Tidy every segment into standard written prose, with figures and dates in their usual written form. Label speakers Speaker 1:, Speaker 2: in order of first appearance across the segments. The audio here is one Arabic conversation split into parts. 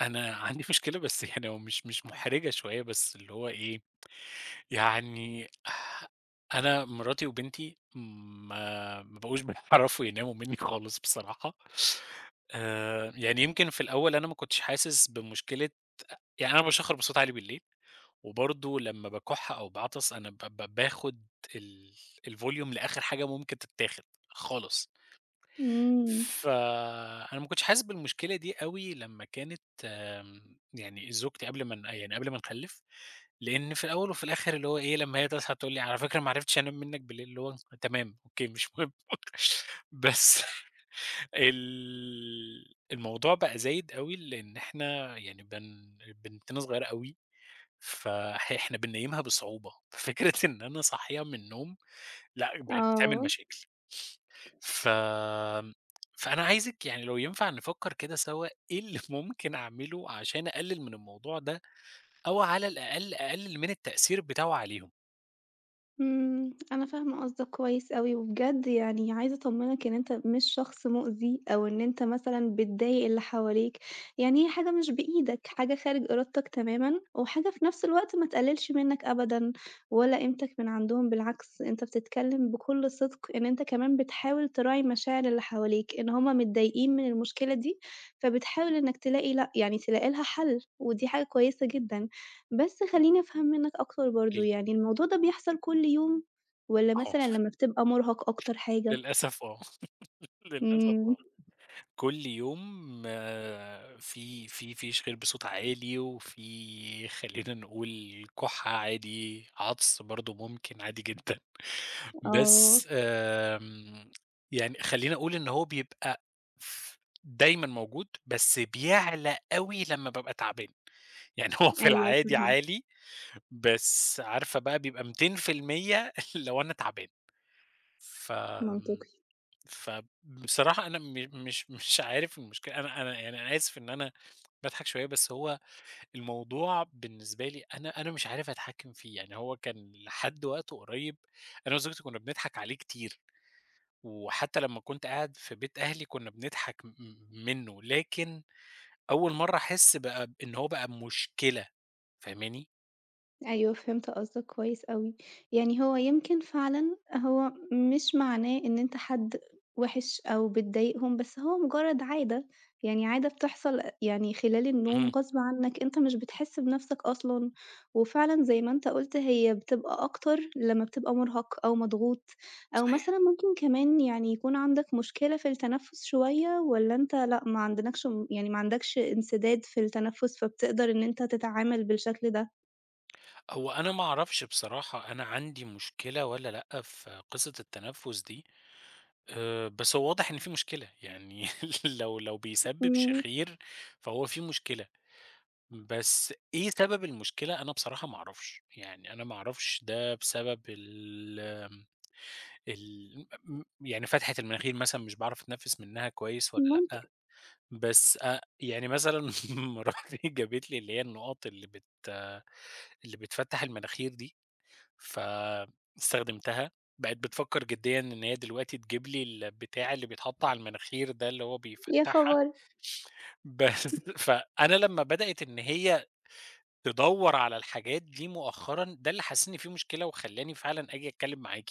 Speaker 1: أنا عندي مشكلة، بس يعني هو مش مُحرِجة شوية، بس اللي هو إيه، يعني أنا مراتي وبنتي ما بقوش بيعرفوا يناموا منّي خالص بصراحة. يعني يمكن في الأول أنا ما كنتش حاسس بمشكلة، يعني أنا باشخّر بصوت عالي بالليل، وبرضه لمّا باكُح أو باعطس أنا ب ب باخُد ال الvolume لآخر حاجة ممكن تتاخد خالص.
Speaker 2: إمم.
Speaker 1: فأنا ما كنتش حاسس بالمشكلة دي أوي لمّا كانت يعني زوجتي قبل ما ن يعني قبل ما نخلّف، لإن في الأول وفي الآخر اللي هو إيه، لمّا هي تصحى تقول لي: "على فكرة ما عرفتش أنام منّك بالليل." اللي هو تمام، أوكي، مش مهم. بس الموضوع بقى زايد أوي لإن إحنا يعني بنتنا صغيرة أوي، فإح إحنا بننيّمها بصعوبة، ففكرة إن أنا أصحّيها من النوم لأ، بقت بتعمل
Speaker 2: آه.
Speaker 1: مشاكل. ف فأنا عايزِك، يعني لو ينفع نفكّر كده سوا إيه اللي ممكن أعمله عشان أقلِّل من الموضوع ده، أو على الأقل أقلِّل من التأثير بتاعه عليهم،
Speaker 2: إمم. أنا فاهمة قصدك كويس أوي، وبجد يعني عايزة أطمنك إن أنت مش شخص مؤذي، أو إن أنت مثلًا بتضايق اللي حواليك، يعني هي حاجة مش بإيدك، حاجة خارج إرادتك تمامًا، وحاجة في نفس الوقت ما تقللش منك أبدًا ولا قيمتك من عندهم. بالعكس، أنت بتتكلم بكل صدق إن أنت كمان بتحاول تراعي مشاعر اللي حواليك، إن هُم متضايقين من المشكلة دي، فبتحاول إنك تلاقي لأ، يعني تلاقي لها حل، ودي حاجة كويسة جدًا. بس خلّيني أفهم منّك أكتر
Speaker 1: قولي
Speaker 2: برضه،
Speaker 1: لي.
Speaker 2: يعني الموضوع ده بيحصل كل يوم والّا
Speaker 1: آه،
Speaker 2: مثلًا لمّا بتبقى مُرهَق أكتر حاجة؟
Speaker 1: للأسف آه، للأسف
Speaker 2: إمم.
Speaker 1: آه. كل يوم آه، في في شِغل بصوت عالي، وفي خلّينا نقول كُحّة عادي، عَطْس برضه ممكن عادي جدًا.
Speaker 2: آه.
Speaker 1: بس آمم، يعني خلّيني أقول إن هو بيبقى ف دايمًا موجود، بس بيعلى أوي لمّا بابقى تعبان، يعني هو في
Speaker 2: أيوه،
Speaker 1: العادي
Speaker 2: فاهمة.
Speaker 1: عالي، بس عارفة بقى بيبقى 200% لو أنا تعبان، فآمم،
Speaker 2: منطقي.
Speaker 1: فبصراحة أنا م مش عارف المشكلة. أنا يعني أنا آسف إن أنا باضحك شوية، بس هو الموضوع بالنسبة لي أنا مش عارف أتحكم فيه، يعني هو كان لحد وقت قريب أنا وزوجتي كنا بنضحك عليه كتير. وحتى لمّا كنت قاعد في بيت أهلي كنا بنضحك منّه، لكن أول مرّة أحس بقى إن هو بقى مشكلة، فاهماني؟
Speaker 2: أيوه، فهمت قصدك كويس أوي، يعني هو يمكن فعلًا هو مش معناه إن أنت حد وِحِش أو بتضايقهم، بس هو مجرد عادة، يعني عادة بتحصل يعني خلال النوم
Speaker 1: اهم،
Speaker 2: غصب عنك، أنت مش بتحس بنفْسك أصلًا، وفعلًا زي ما أنت قُلت هي بتبقى أكتر لمّا بتبقى مُرهَق أو مضغوط، أو
Speaker 1: صحيح.
Speaker 2: مثلًا ممكن كمان يعني يكون عندك مشكلة في التنفُّس شوية، والّا أنت لأ، ما عندكش يعني ما عندكش انسداد في التنفُّس، فبتقدر إن أنت تتعامل بالشكل ده؟
Speaker 1: هو أنا ما أعرفش بصراحة أنا عندي مشكلة والّا لأ في قصة التنفُّس دي، بس هو واضح إن في مشكلة، يعني لو بيسبب
Speaker 2: إمم.
Speaker 1: شخير فهو في مشكلة، بس إيه سبب المشكلة أنا بصراحة ما أعرفش، يعني أنا ما أعرفش ده بسبب ال ال م يعني فتحة المناخير مثلًا مش باعرف أتنفّس منها كويس والّا لأ،
Speaker 2: ممكن.
Speaker 1: بس أ يعني مثلًا مراتي جابت لي اللي هي النقاط اللي بتفتّح المناخير دي، فاستخدمتها، بقت بتفكّر جديًا إن هي دلوقتي تجيب لي البتاع اللي بيتحط على المناخير ده اللي هو
Speaker 2: يا
Speaker 1: بيفتّحها،
Speaker 2: خبر!
Speaker 1: بس فأنا لمّا بدأت إن هي تدوّر على الحاجات دي مؤخرًا، ده اللي حسّسني إن في مشكلة وخلّاني فعلًا آجي أتكلّم معاكِ،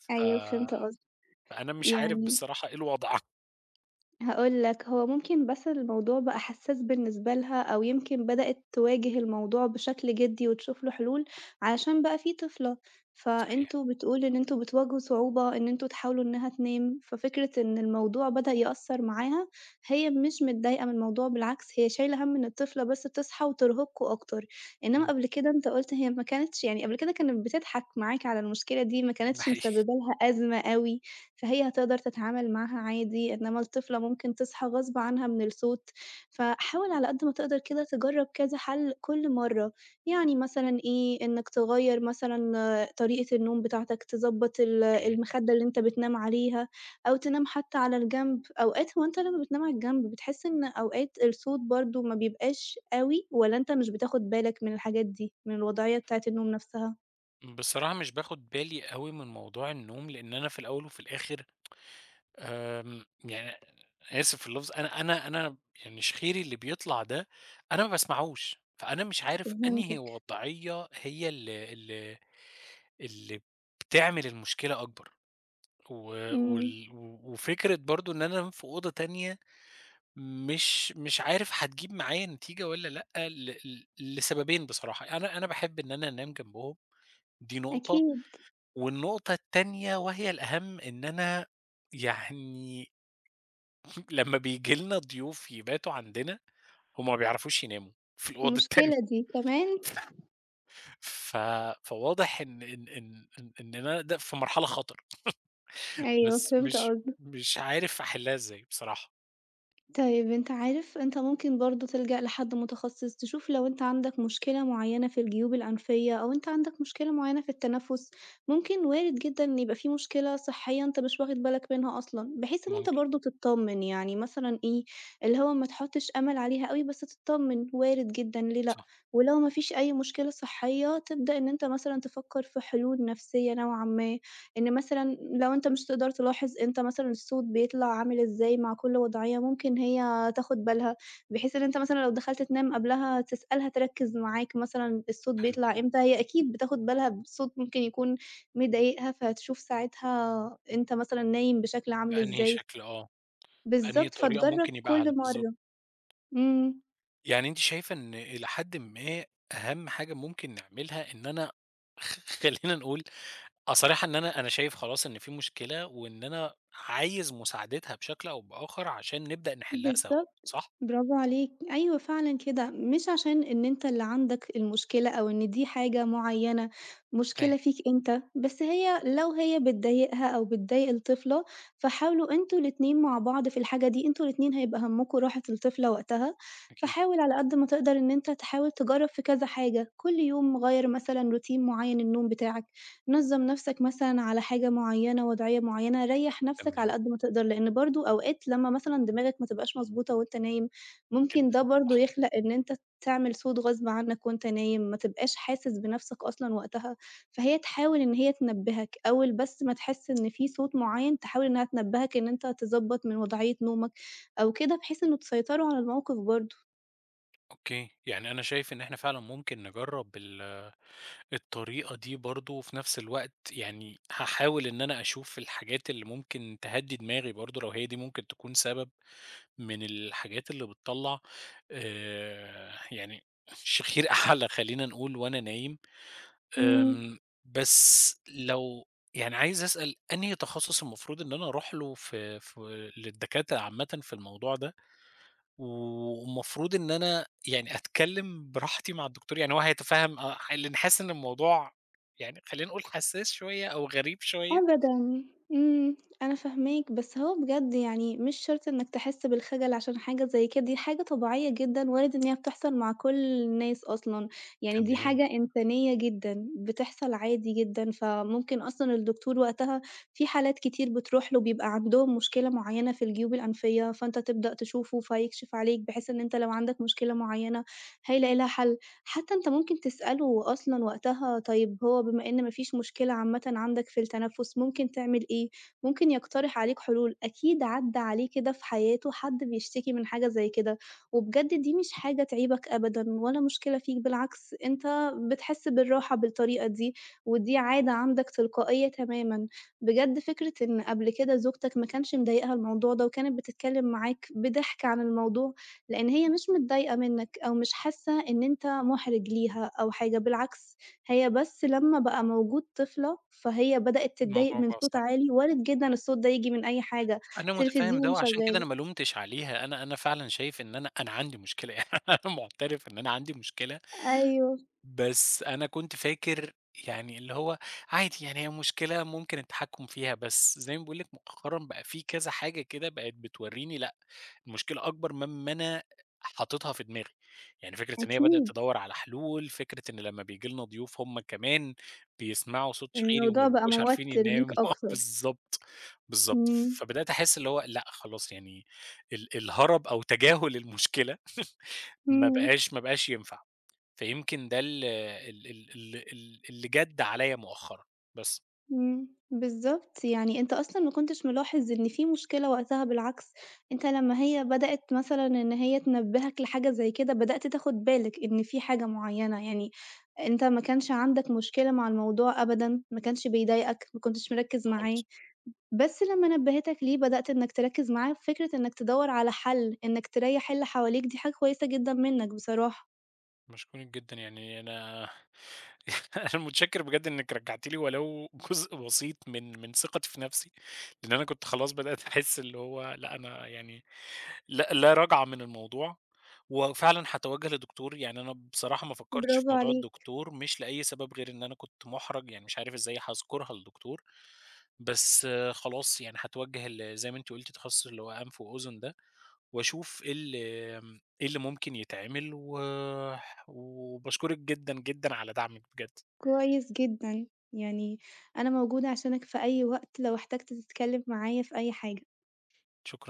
Speaker 1: ف
Speaker 2: أيوه، فهمت قصدك،
Speaker 1: فأنا مش عارف
Speaker 2: يعني
Speaker 1: بصراحة إيه الوضع.
Speaker 2: هاقول لك، هو ممكن بس الموضوع بقى حساس بالنسبة لها، أو يمكن بدأت تواجه الموضوع بشكل جدي وتشوف له حلول، علشان بقى في طفلة،
Speaker 1: صحيح.
Speaker 2: فأنتم بتقول إن أنتم بتواجهوا صعوبة إن أنتم تحاولوا إنها تنام، ففكرة إن الموضوع بدأ يأثّر معاها، هي مش متضايقة من الموضوع، بالعكس هي شايلة هَم إن الطفلة بس تصحى وترهقكم أكتر، إنما
Speaker 1: ممكن،
Speaker 2: قبل كده أنت قُلت هي ما كانتش، يعني قبل كده كانت بتضحك معاك على المشكلة دي، ما
Speaker 1: ده إمم.
Speaker 2: كانتش
Speaker 1: حقيقي.
Speaker 2: مسببة لها أزمة أوي. فهي هتقدر تتعامل معاها عادي، إنما الطفلة ممكن تصحى غصب عنها من الصوت، فحاول على قد ما تقدر كده تجرّب كذا حَل كل مرّة، يعني مثلًا إيه، إنّك تغيّر مثلًا آه، طريقة النوم بتاعتك، تضبّط المخدة اللي أنت بتنام عليها، أو تنام حتى على الجنب. أوقات هو أنت لمّا بتنام على الجنب بتحس إن أوقات الصوت برضه ما بيبقاش أوي، والّا أنت مش بتاخد بالك من الحاجات دي، من الوضعية بتاعة النوم نَفْسها؟
Speaker 1: بصراحة مش باخد بالي أوي من موضوع النوم، لإن أنا في الأول وفي الآخر آمم، يعني آسف في اللفظ، أنا يعني شخيري اللي بيطلع ده أنا ما باسمعوش، فأنا مش عارف أنهي
Speaker 2: فهمتك.
Speaker 1: وضعية هي ال ال اللي بتعمل المشكلة أكبر، و
Speaker 2: إمم.
Speaker 1: و وفكرة برضه إن أنا أنام في أوضة تانية مش عارف هتجيب معايا نتيجة والّا لأ، ل ل لسببين بصراحة، أنا باحب إن أنا أنام جنبهم، دي نقطة.
Speaker 2: أكيد.
Speaker 1: والنقطة التانية وهي الأهم إن أنا يعني لمّا بييجي لنا ضيوف يباتوا عندنا، هم ما بيعرفوش يناموا في الأوض التانية.
Speaker 2: المشكلة دي كمان.
Speaker 1: ف فواضح إن أنا ده في مرحلة خطر،
Speaker 2: أيوه،
Speaker 1: بس
Speaker 2: فهمت
Speaker 1: مش
Speaker 2: قصدك.
Speaker 1: مش عارف أحلّها إزاي بصراحة.
Speaker 2: طيب، أنت عارف أنت ممكن برضه تلجأ لحد متخصص تشوف لو أنت عندك مشكلة معينة في الجيوب الأنفية، أو أنت عندك مشكلة معينة في التنفس، ممكن وارد جدًا إن يبقى في مشكلة صحية أنت مش واخد بالك منها أصلًا، بحيث إن أنت
Speaker 1: ممكن،
Speaker 2: برضه تتطمن، يعني مثلًا إيه، اللي هو ما تحطش أمل عليها أوي بس تتطمن، وارد جدًا ليه لأ،
Speaker 1: صح،
Speaker 2: ولو ما فيش أي مشكلة صحية تبدأ إن أنت مثلًا تفكر في حلول نفسية نوعًا ما. إن مثلًا لو أنت مش تقدر تلاحظ إمتى مثلًا الصوت بيطلع عامل إزاي مع كل وضعية، ممكن هي تاخد بالها، بحيث إن أنت مثلًا لو دخلت تنام قبلها تسألها تركّز معاك مثلًا الصوت
Speaker 1: حلو.
Speaker 2: بيطلع إمتى، هي أكيد بتاخد بالها بصوت ممكن يكون مضايقها، فهتشوف ساعتها أنت مثلًا نايم بشكل عامل
Speaker 1: بأنهي
Speaker 2: إزاي.
Speaker 1: شكل آه، بأنهي
Speaker 2: بالضبط،
Speaker 1: طريقة
Speaker 2: فتجرّب
Speaker 1: ممكن يبقى أهَل
Speaker 2: كل
Speaker 1: بالضبط.
Speaker 2: مرّة. إمم.
Speaker 1: يعني أنتِ شايفة إن إلى حدٍ ما أهم حاجة ممكن نعملها إن أنا خلّينا نقول آه، صراحة، إن أنا شايف خلاص إن في مشكلة، وإن أنا عايز مساعدتها بشكل أو بآخر عشان نبدأ نحلها سوا،
Speaker 2: بالضبط.
Speaker 1: صح؟
Speaker 2: برافو عليك، أيوه فعلًا كده، مش عشان إن أنت اللي عندك المشكلة أو إن دي حاجة معيّنة،
Speaker 1: فاهم،
Speaker 2: مشكلة فيك أنت، بس هي لو هي بتضايقها أو بتضايق الطفلة، فحاولوا أنتم الاتنين مع بعض في الحاجة دي، أنتم الاتنين هيبقى همّكم راحة الطفلة وقتها،
Speaker 1: أكيد.
Speaker 2: فحاول على قد ما تقدر إن أنت تحاول تجرّب في كذا حاجة، كل يوم غيّر مثلًا روتين معيّن النوم بتاعك، نظّم نَفْسك مثلًا على حاجة معيّنة، وضعية معيّنة، ريّح نَفْسك على
Speaker 1: تمام
Speaker 2: قد ما تقدر، لإن برضه أوقات لمّا مثلًا دماغك ما تبقاش مضبوطة وأنت نايم ممكن
Speaker 1: جدًا،
Speaker 2: ده برضه
Speaker 1: صح،
Speaker 2: يخلق إن أنت تعمل صوت غصب عنّك وأنت نايم، ما تبقاش حاسس بنَفْسك أصلًا وقتها، فهي تحاول إن هي تنبّهك، أول بس ما تحس إن في صوت معيّن تحاول إنها تنبّهك إن أنت تضبّط من وضعية نومك أو كده، بحيث إنه تسيطروا على الموقف برضه.
Speaker 1: أوكي، يعني أنا شايف إن إحنا فعلًا ممكن نجرّب الطريقة دي برضه، وفي نفس الوقت يعني هاحاول إن أنا أشوف الحاجات اللي ممكن تهدّي دماغي برضه، لو هي دي ممكن تكون سبب من الحاجات اللي بتطلّع يعني شخير أحلى خلّينا نقول وأنا نايم.
Speaker 2: إمم.
Speaker 1: آمم، بس لو يعني عايز أسأل أنهي تخصُّص المفروض إن أنا أروح له في في للدكاترة عامةً في الموضوع ده، والمفروض إن أنا يعني أتكلّم براحتي مع الدكتور، يعني هو هيتفهّم آه، لإن حاسس إن الموضوع يعني خلّينا نقول حسّاس شوية أو غريب شوية.
Speaker 2: أبدًا. إمم. أنا فاهماك، بس هو بجد يعني مش شرط إنك تحس بالخجل عشان حاجة زي كده، دي حاجة طبيعية جدًا، وارد إن هي بتحصل مع كل الناس أصلًا، يعني دي
Speaker 1: تمام،
Speaker 2: حاجة إنسانية جدًا، بتحصل عادي جدًا، فممكن أصلًا الدكتور وقتها في حالات كتير بتروح له بيبقى عندهم مشكلة معينة في الجيوب الأنفية، فأنت تبدأ تشوفه فيكشف عليك بحيث إن أنت لو عندك مشكلة معينة هيلاقي لها حل. حتى أنت ممكن تسأله أصلًا وقتها، طيب هو بما إن ما فيش مشكلة عامةً عندك في التنفُّس، ممكن تعمل إيه؟ ممكن يقترح عليك حلول، أكيد عدّى عليه كده في حياته حد بيشتكي من حاجة زي كده، وبجد دي مش حاجة تعيبك أبدًا ولا مشكلة فيك، بالعكس أنت بتحس بالراحة بالطريقة دي، ودي عادة عندك تلقائية تمامًا. بجد فكرة إن قبل كده زوجتك ما كانش مضايقها الموضوع ده وكانت بتتكلم معاك بضحك عن الموضوع، لإن هي مش متضايقة منّك أو مش حاسة إن أنت مُحرِج ليها أو حاجة، بالعكس هي بس لمّا بقى موجود طفلة، فهي بدأت تتضايق
Speaker 1: الموضوع
Speaker 2: من
Speaker 1: بقى
Speaker 2: صوت
Speaker 1: صعب.
Speaker 2: عالي، وارد جدًا الصوت ده ييجي من أي حاجة،
Speaker 1: أنا مُتفهّم ده
Speaker 2: تلفزيون
Speaker 1: وعشان كده
Speaker 2: شغّال.
Speaker 1: أنا ما لومتش عليها، أنا فعلًا شايف إن أنا عندي مشكلة، يعني أنا معترف إن أنا عندي مشكلة.
Speaker 2: أيوه،
Speaker 1: بس أنا كنت فاكر يعني اللي هو عادي، يعني هي مشكلة ممكن التحكُّم فيها، بس زي ما باقول لِك مؤخرًا بقى في كذا حاجة كده بقت بتورّيني لأ، المشكلة أكبر مما أنا حاططها في دماغي، يعني فكرة إن هي بدأت
Speaker 2: أكيد،
Speaker 1: تدوّر على حلول، فكرة إن لمّا بييجي لنا ضيوف هم كمان بيسمعوا صوت شريري وما
Speaker 2: الموضوع بقى
Speaker 1: بيبقوش
Speaker 2: موتِّر
Speaker 1: عارفين
Speaker 2: ليك
Speaker 1: يناموا.
Speaker 2: أكتر.
Speaker 1: بالضبط، بالضبط.
Speaker 2: إمم.
Speaker 1: فبدأت أحس اللي هو لأ، خلاص، يعني الهرب أو تجاهل المشكلة ما
Speaker 2: إمم.
Speaker 1: بقاش ما بقاش ينفع. فيمكن ده ال ال ال ال ال اللي جَد عليَّ مؤخرًا، بس
Speaker 2: إمم، بالضبط، يعني أنت أصلًا ما كنتش ملاحظ إن في مشكلة وقتها، بالعكس أنت لمّا هي بدأت مثلًا إن هي تنبّهك لحاجة زي كده، بدأت تاخد بالك إن في حاجة معيّنة، يعني أنت ما كانش عندك مشكلة مع الموضوع أبدًا، ما كانش بيضايقك، ما كنتش مركّز
Speaker 1: خالص.
Speaker 2: معاه، بس لمّا نبّهتك ليه بدأت إنك تركّز معاه، فكرة إنك تدوّر على حل، إنك تريّح اللي حواليك، دي حاجة كويسة جدًا منّك بصراحة،
Speaker 1: مشكور جدًا، يعني أنا أنا متشكر بجد إنِّك رجّعتِ لي ولو جزء بسيط من ثقتي في نفسي، لإن أنا كنت خلاص بدأت أحس اللي هو لأ، أنا يعني لأ، لا رجعة من الموضوع، وفعلًا هاتوجه لدكتور، يعني أنا بصراحة ما فكّرتش في
Speaker 2: برافو
Speaker 1: موضوع
Speaker 2: عليك.
Speaker 1: الدكتور، مش لأي سبب غير إن أنا كنت مُحرَج، يعني مش عارف إزاي هاذكرها للدكتور، بس آه، خلاص يعني هاتوجه ل زي ما أنتِ قُلتِ التخصص اللي هو أنف وأذن ده، وأشوف إيه إيه اللي ممكن يتعمل، وباشكرِك جدًا، جدًا على دعمِك بجد،
Speaker 2: كويس جدًا، يعني أنا موجودة عشانك في أي وقت لو احتجت تتكلم معايا في أي حاجة.
Speaker 1: شكرًا.